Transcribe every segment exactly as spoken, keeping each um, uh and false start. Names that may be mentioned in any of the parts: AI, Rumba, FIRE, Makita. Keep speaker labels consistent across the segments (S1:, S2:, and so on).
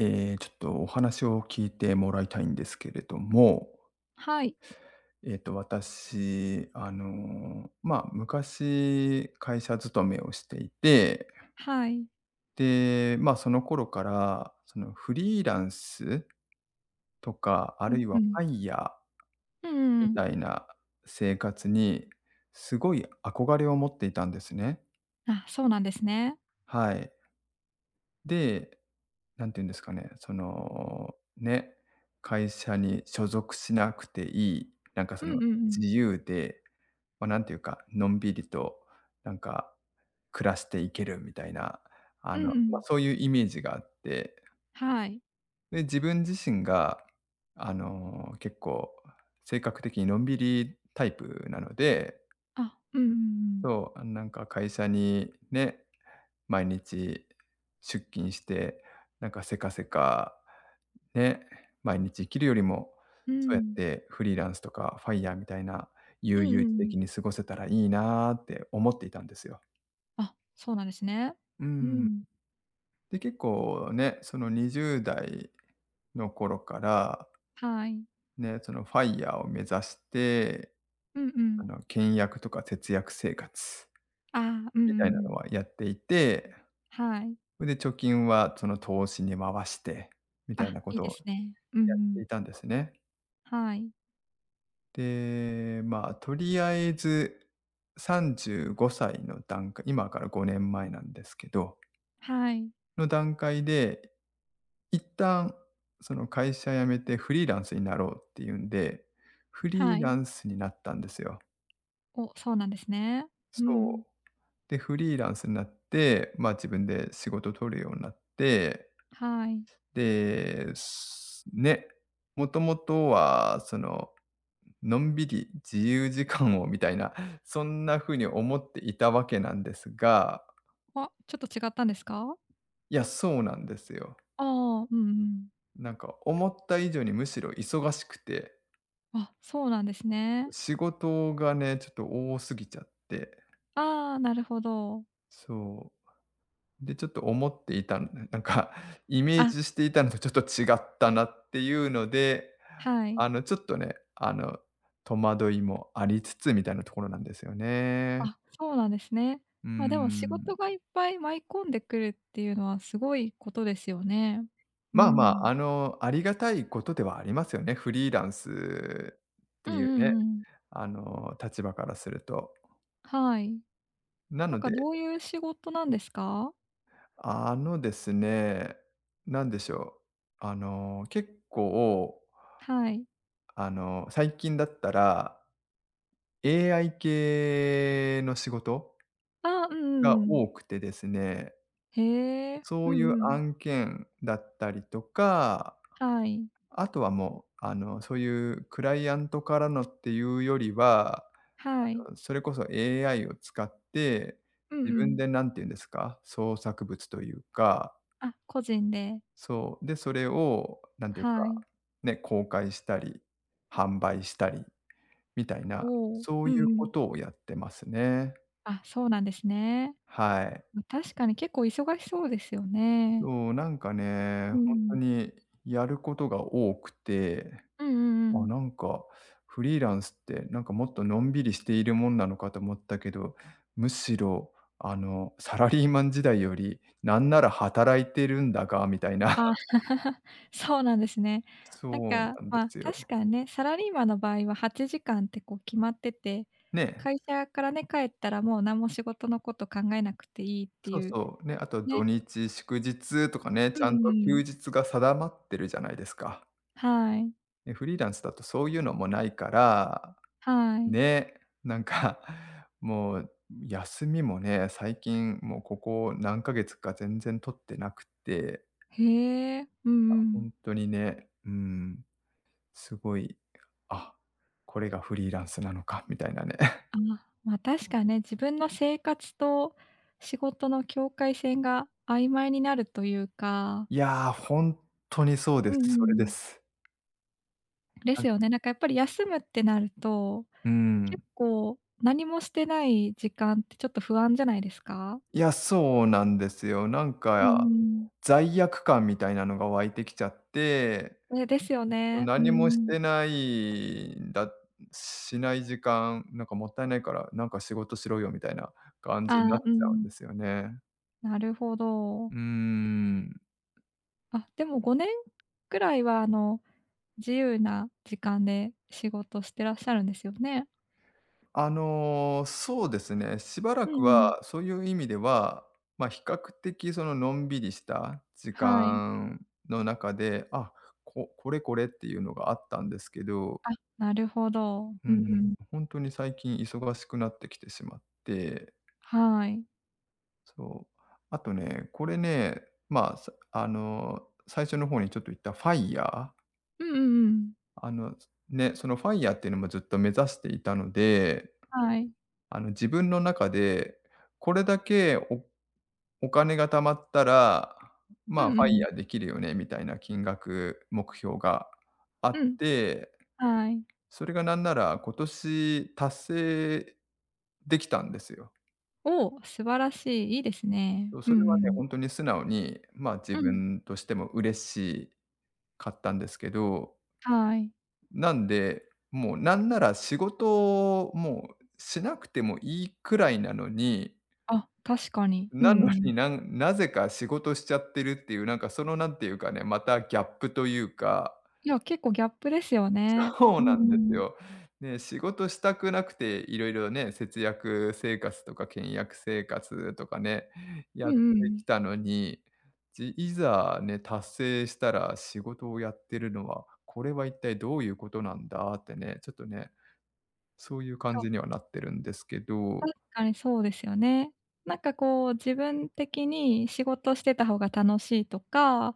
S1: えーちょっとお話を聞いてもらいたいんですけれども、
S2: はい。
S1: えっと私、あの、まあ、昔会社勤めをしていて、
S2: はい。
S1: で、まあ、その頃から、そのフリーランスとか、あ
S2: う
S1: る
S2: ん
S1: い
S2: う
S1: は
S2: ん。
S1: ファイヤー
S2: うんうんう
S1: み
S2: ん。
S1: たいな生活にすごい憧れを持っていたんですね。
S2: あ、そうなんですね。
S1: はい。でなんていうんですかね、その、ね、会社に所属しなくていい、なんかそ
S2: う
S1: の
S2: んうんうん。
S1: 自由で、まあ、なんていうか、のんびりとなんか暮らしていけるみたいな、あ
S2: う
S1: の、
S2: んう
S1: まあ、
S2: ん。
S1: そういうイメージがあって、
S2: はい。
S1: で、自分自身が、あの、結構性格的にのんびりタイプなので、
S2: あ、うんうんうん。
S1: そう、あ、なんか会社にね、毎日出勤して、なんかせかせかね、毎日生きるよりも、
S2: う
S1: そうやっ
S2: ん。
S1: てフリーランスとかファイヤーみたいな、
S2: う
S1: 悠
S2: んう
S1: 々
S2: んう
S1: 自
S2: ん。
S1: 適に過ごせたらいいなって思っていたんですよ。
S2: あ、そうなんですね。
S1: う
S2: う
S1: ん。
S2: ん。
S1: で、結構ね、そのにじゅう代の頃から、
S2: はい。
S1: ね、その ファイヤー を目指して、
S2: うんう
S1: あ
S2: ん。
S1: の、倹約とか節約生活
S2: あうんうん
S1: みたい
S2: う
S1: なの
S2: ん。
S1: はやっていて、
S2: はい。
S1: それで貯金はその投資に回してみたい
S2: あ、
S1: なこ
S2: いい
S1: とを
S2: ですね。うんう
S1: やって
S2: ん。
S1: いたんですね。
S2: はい。
S1: で、まあ、とりあえずさんじゅうごさいの段階今からごねんまえなんですけど、
S2: はい。
S1: の段階で、一旦その会社辞めてフリーランスになろうっていうんで、フリ
S2: は
S1: ー
S2: い。
S1: ランスになったんですよ。
S2: お、そうなんですね。うん。
S1: そう。で、フリーランスになって、まあ、自分で仕事取るようになって、
S2: はい。
S1: で、すね、もともとはそののんびり自由時間をみたいな、そんな風に思っていたわけなんですが、
S2: あ、ちょっと違ったんですか？
S1: いや、そうなんですよ。
S2: ああ、うんうん。
S1: なんか思った以上にむしろ忙しくて、
S2: あ、そうなんですね。
S1: 仕事がね、ちょっと多すぎちゃって、
S2: ああ、なるほど。
S1: そう。で、ちょっと思っていたなんか イメー
S2: あ、
S1: ジしていたのと ちょっと違ったなっていうので、
S2: はい。
S1: あの、ちょっとね、あの、戸惑いもありつつみたいなところなんですよね。
S2: あ、そうなんですね。
S1: うー
S2: ま、でも仕
S1: ん。
S2: 事がいっぱい舞い込んでくるっていうのはすごいことですよね。う
S1: まあまあ、
S2: ん。
S1: あの、ありがたいことではありますよね。フリーランスっ
S2: う
S1: て
S2: んう
S1: いうね、
S2: んうん。
S1: あの、立場からすると。
S2: はい。
S1: な
S2: なん
S1: の
S2: か
S1: で、
S2: どういう仕事なんですか？
S1: あのですね、なんでしょう、あの、結構、
S2: はい。
S1: あの、最近だったら、エーアイ 系の仕事
S2: あうんうんう
S1: が
S2: ん。
S1: 多くてですね、
S2: へえ。う
S1: そうい
S2: ん
S1: う
S2: うん。
S1: 案件だったりとか、
S2: はい。
S1: あとはもう、あの、そういうクライアントからのっていうよりは
S2: はい。
S1: それこそ エーアイ を使って、
S2: うん
S1: 自
S2: う
S1: 分
S2: ん。
S1: で何て言うんですか、創作物というか、
S2: あ、個人で。
S1: そう、で、それをなんていう
S2: は
S1: か、
S2: い。
S1: ね、公開したり、販売したりみたいな、
S2: おお。
S1: そう
S2: う
S1: い
S2: んう
S1: うこ
S2: ん。
S1: とをやってますね。
S2: あ、そうなんですね。
S1: はい。
S2: ま、確かに結構忙しそうですよね。
S1: そう、なんかね、
S2: う
S1: ほんと
S2: ん。
S1: にやることが多くて、
S2: うんうんう
S1: あ、
S2: ん。
S1: なんか、フリーランスって、なんかもっとのんびりしているもんなのかと思ったけど、むしろ、あの、サラリーマン時代より、なんなら働いてるんだがみたいな。
S2: あ、そうなんですね。
S1: そ
S2: なん
S1: う
S2: か、
S1: なんで
S2: まあ、
S1: すよ。
S2: 確かにね、サラリーマンの場合ははちじかんってこう決まってて、
S1: ね、
S2: 会社からね、帰ったらもう何も仕事のこと考えなくていいって
S1: そう
S2: いう、
S1: そう、ね、あと土
S2: ね。
S1: 日、祝日とかね、
S2: う
S1: ちゃん
S2: んう
S1: と休
S2: ん。
S1: 日が定まってるじゃないですか。
S2: はい。
S1: ね、フリーランスだとそういうのもないから
S2: はい。
S1: ね、なんか、もう休みもね、最近もうここ何ヶ月か全然取ってなくて、
S2: へえ、うんう
S1: ほ
S2: ん。
S1: んとにね、うん、すごい、あ、これがフリーランスなのかみたいなね。
S2: あ、ま、確かね、自分の生活と仕事の境界線が曖昧になるというか、
S1: いや、ほんとにそうで
S2: うん
S1: す。
S2: う
S1: それで
S2: ん。
S1: す。
S2: で
S1: な
S2: す
S1: ん
S2: よね。なんかやっぱり休むってなると
S1: う
S2: 結
S1: ん。
S2: 構、何もしてない時間ってちょっと不安じゃないですか？
S1: いや、そうなんですよ。なん
S2: うんう
S1: か
S2: ん。
S1: 罪悪感みたいなのが湧いてきちゃって、
S2: えですよね。う
S1: 何
S2: んう
S1: もし
S2: ん。
S1: てないんだしない時間、なんかもったいないから、なんか仕事しろよみたいな感じに
S2: あ
S1: な
S2: あ、
S1: っち
S2: う
S1: ゃうん
S2: ん
S1: ですよね。
S2: なるほど。
S1: うーん。
S2: あ、でもごねんくらいは、あの、自由な時間で仕事してらっしゃるんですよね？
S1: あの、そうですね、しばら
S2: う
S1: く
S2: んうん。
S1: はそういう意味では、まあ、比較的その、のんびりした時
S2: はい。
S1: 間の中で、あ、ここれこれっていうのがあったんですけど、
S2: あ、なるほど。
S1: う
S2: うんう
S1: ん、
S2: ん。
S1: 本当に最近忙しくなってきてしまって、
S2: はい。
S1: そう。あとね、これね、まあ、さあの、最初の方にちょっと言ったファイ e
S2: うんうんうん。
S1: あの、ね、そのファイヤーっていうのもずっと目指していたので、
S2: はい。
S1: あの、自分の中でこれだけおお金が貯まったら、
S2: う
S1: まあ、
S2: んうん。
S1: ファイヤー できるよねみたいな金額目標があっ
S2: うん。
S1: て、
S2: はい。
S1: それがなんなら今年達成できたんですよ。
S2: おお、素晴らしい、いいですね。
S1: そう、
S2: うん
S1: それは
S2: う
S1: ね、
S2: ん。
S1: ほんとに素直に、まあ、自
S2: うん。
S1: 分としても嬉しい買ったんですけど、
S2: はい。
S1: なんで、もうなんなら仕事をもうしなくてもいいくらいなのに、
S2: あ、確かに。うん
S1: なの
S2: うん。
S1: に、なんなぜか仕事しちゃってるっていう、なんかその、なんていうかね、またギャップというか、
S2: いや、結構ギャップですよね。
S1: そ
S2: う
S1: う
S2: んう
S1: なんです
S2: ん。
S1: よ。ね、仕事したくなくて、いろいろね、節約生活とか倹約生活とかね、
S2: う
S1: やっ
S2: んう
S1: て
S2: ん。
S1: きたのに、じいざね、達成したら仕事をやってるのは、これは一体どういうことなんだってね、ちょっとね、そういう
S2: い
S1: 感
S2: や、
S1: じにはなってるんですけど、
S2: 確かにそうですよね。なんかこう、自分的に仕事してた方が楽しいとか、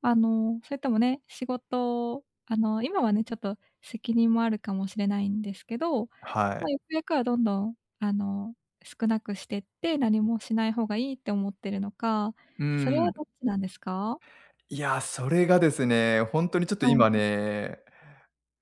S2: あの、それともね、仕事を、あの、今はね、ちょっと責任もあるかもしれないんですけど、
S1: は
S2: ま
S1: い。
S2: あ、ゆくゆくはどんどん、あの、少なくしてって、何もしない方がいいって思ってるのか、
S1: う
S2: それは
S1: ん。
S2: どっちなんですか？
S1: いや、それがですね、ほんとにちょっと
S2: は
S1: 今
S2: い。
S1: ね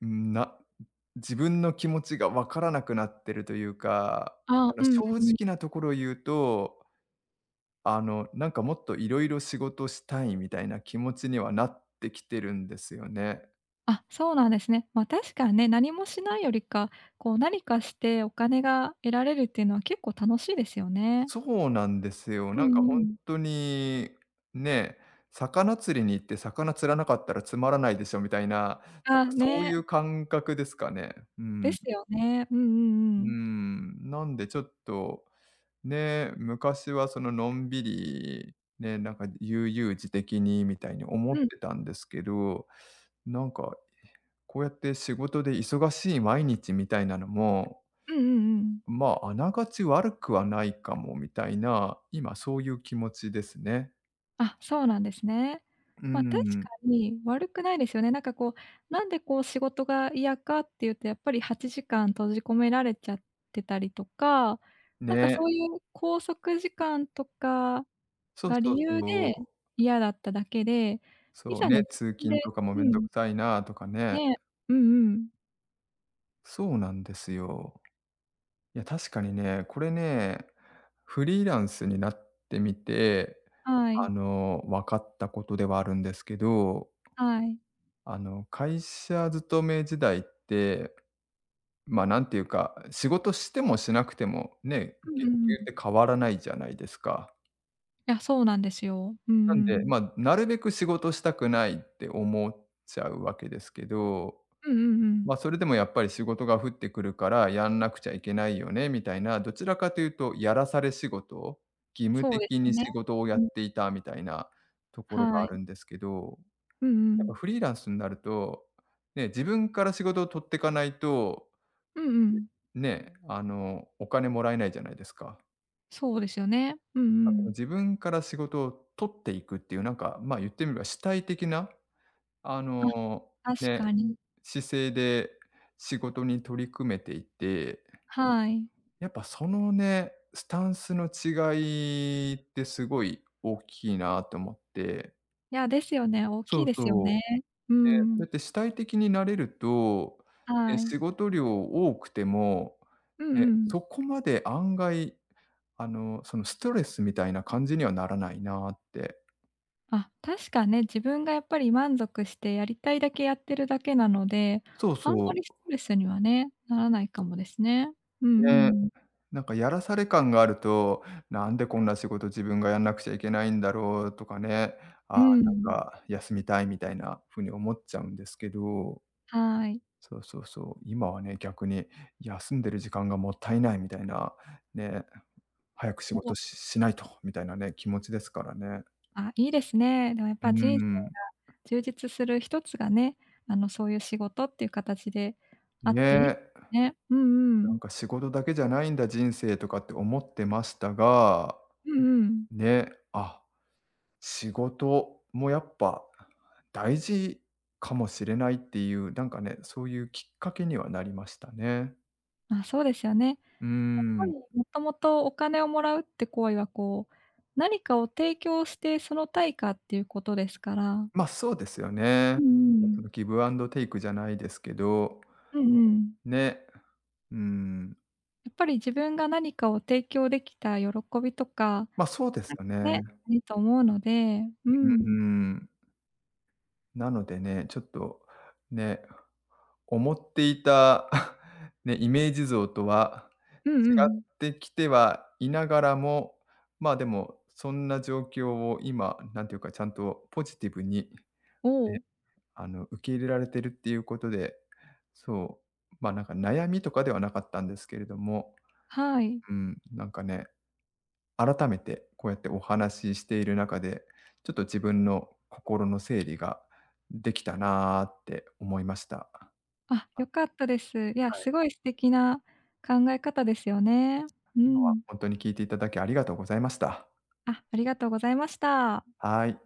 S1: な自分の気持ちがわからなくなってるというか、
S2: あ
S1: あ
S2: あ、う
S1: の、
S2: んう
S1: 正
S2: んうん。
S1: 直なところを言うと、あの、なんかもっといろいろ仕事したいみたいな気持ちにはなってきてるんですよね。
S2: あ、そうなんですね。ま、確かにね、何もしないよりか、こう何かしてお金が得られるっていうのは結構楽しいですよね。
S1: そうなんですよ。
S2: うん
S1: な
S2: う
S1: んか
S2: んう
S1: 本
S2: ん。
S1: 当に、ね、魚釣りに行って魚釣らなかったらつまらないでしょみたいな、なん
S2: あ、
S1: かそう
S2: ね、
S1: いう感覚ですかね。う
S2: で
S1: ん
S2: すよね。うんうん
S1: う
S2: うん。
S1: ん、なんでちょっと、ね、昔はそののんびり、ね、なんか悠々自適にみたいに思っ
S2: うん、
S1: てたんですけど、なんかこうやって仕事で忙しい毎日みたいなのも、
S2: うんうんうん。
S1: まあ、あながち悪くはないかもみたいな、今そういう気持ちですね。
S2: あ、そうなんですね。
S1: うー
S2: ま、確か
S1: ん、
S2: に悪くないですよね。なんかこう、なんでこう仕事が嫌かっていうと、やっぱりはちじかん閉じ込められちゃってたりとか、なんかそ
S1: ね。
S2: ういう拘束時間とか
S1: そう
S2: が
S1: そう
S2: 理由
S1: そう。
S2: で嫌だっただけで、い
S1: そう
S2: ざね、
S1: ね、
S2: 自
S1: 通
S2: 分
S1: 勤
S2: で
S1: とかもめ
S2: う
S1: んど
S2: ん、
S1: くさいなとかね。
S2: ね、うんうん。
S1: そうなんですよ。いや、確かにね、これね、フリーランスになってみて、
S2: は
S1: あ
S2: い、
S1: の、分かったことではあるんですけど、
S2: はい。
S1: あの、会社勤め時代って、まあ、なんていうか、仕事してもしなくても、ね、
S2: うんう
S1: 月
S2: んうん。
S1: 給
S2: い
S1: って変わらないじゃないですか。
S2: や、そうなんですよ。うん
S1: なん
S2: う
S1: で、
S2: ん。
S1: まあ、なるべく仕事したくないって思っちゃうわけですけど、
S2: うんうんうん。
S1: まあ、それでもやっぱり仕事が降ってくるから、やんなくちゃいけないよねみたいな、どちらかというと、やらされ仕事、義務
S2: そうです
S1: 的
S2: よ
S1: に
S2: ね。
S1: 仕事をや
S2: うん。
S1: っていたみたいなところが
S2: は
S1: あ
S2: い。
S1: るんですけど、
S2: うんう
S1: やっぱ
S2: ん。
S1: フリーランスになると、ね、自分から仕事を取ってかないと、
S2: うんうん。
S1: ね、あの、お金もらえないじゃないですか。
S2: そうですよね。うんうん。
S1: 自分から仕事を取っていくっていう、なんか、ま、言ってみれば主体的な、あの、
S2: あ、確
S1: ね、
S2: かに。
S1: 姿勢で仕事に取り組めていて、
S2: はい。
S1: やっぱそのね、スタンスの違いってすごい大きいなと思って。
S2: いや、ですよね、大き
S1: そ
S2: い
S1: う
S2: ですよ
S1: そ
S2: ね。う
S1: う。ね、そうや
S2: ん。
S1: って主体的になれると、ね、
S2: はい。
S1: 仕事量多くても、
S2: うんう
S1: ね、
S2: ん。
S1: そこまで案外、あの、そのストレスみたいな感じにはならないなって。
S2: あ、確かね、自分がやっぱり満足してやりたいだけやってるだけなので、
S1: そう
S2: あんま
S1: そ
S2: りストレスにはね、ならないかもですね。うん
S1: う。ね。
S2: うん。
S1: なんかやらされ感があると、なんでこんな仕事自分がやんなくちゃいけないんだろうとかね、あ
S2: う
S1: あ、なん
S2: ん。
S1: か休みたいみたいな風に思っちゃうんですけど、
S2: はい。
S1: そうそうそう、今はね、逆に休んでる時間がもったいないみたいな、ね、早く仕
S2: お、
S1: 事ししないとみたいなね、気持ちですからね。
S2: あ、いいですね。でもやっ
S1: うー
S2: ぱ人生が
S1: ん。
S2: 充実する一つがね、あの、そういう仕事っていう形であっていいで
S1: ね、
S2: すね。うんう
S1: なん
S2: ん。
S1: か仕事だけじゃないんだ人生とかって思ってましたが、
S2: うんうん。
S1: ね、あ仕事もやっぱ大事かもしれないっていう、なんかね、そういうきっかけにはなりましたね。
S2: まあ、そうですよね。
S1: うー
S2: やっぱり
S1: ん。
S2: もともとお金をもらうって行為はこう、何かを提供してその対価っていうことですから、
S1: ま、あそうですよ
S2: う
S1: ね。
S2: んうんう
S1: その
S2: ん。
S1: ギブアンドテイクじゃないですけど、
S2: うん、
S1: ね。うーん。
S2: やっぱり自分が何かを提供できた喜びとか、
S1: ま、あそうですよ
S2: い。
S1: ね。
S2: ね、あると思うので、う
S1: う
S2: ん。
S1: ん。なのでね、ちょっとね、思っていた ね、イメージ像とは
S2: うんう
S1: 違っ
S2: ん。
S1: てきてはいながらも、まあ、でも、そんな状況を今、なんていうか、ちゃんとポジティブに、
S2: お
S1: ね、
S2: お、
S1: あの、受け入れられてるっていうことで、そう、まあ、なんか悩みとかではなかったんですけれども、
S2: はい。
S1: うん、なんかね、改めてこうやってお話ししている中で、ちょっと自分の心の整理ができたなーって思いました。
S2: あ、良かったです。いや、
S1: は
S2: す
S1: い。
S2: ごい素敵な考え方ですよね。うん。
S1: 本当に聞いていただきありがとうございました。
S2: あ、ありがとうございました。
S1: はーい。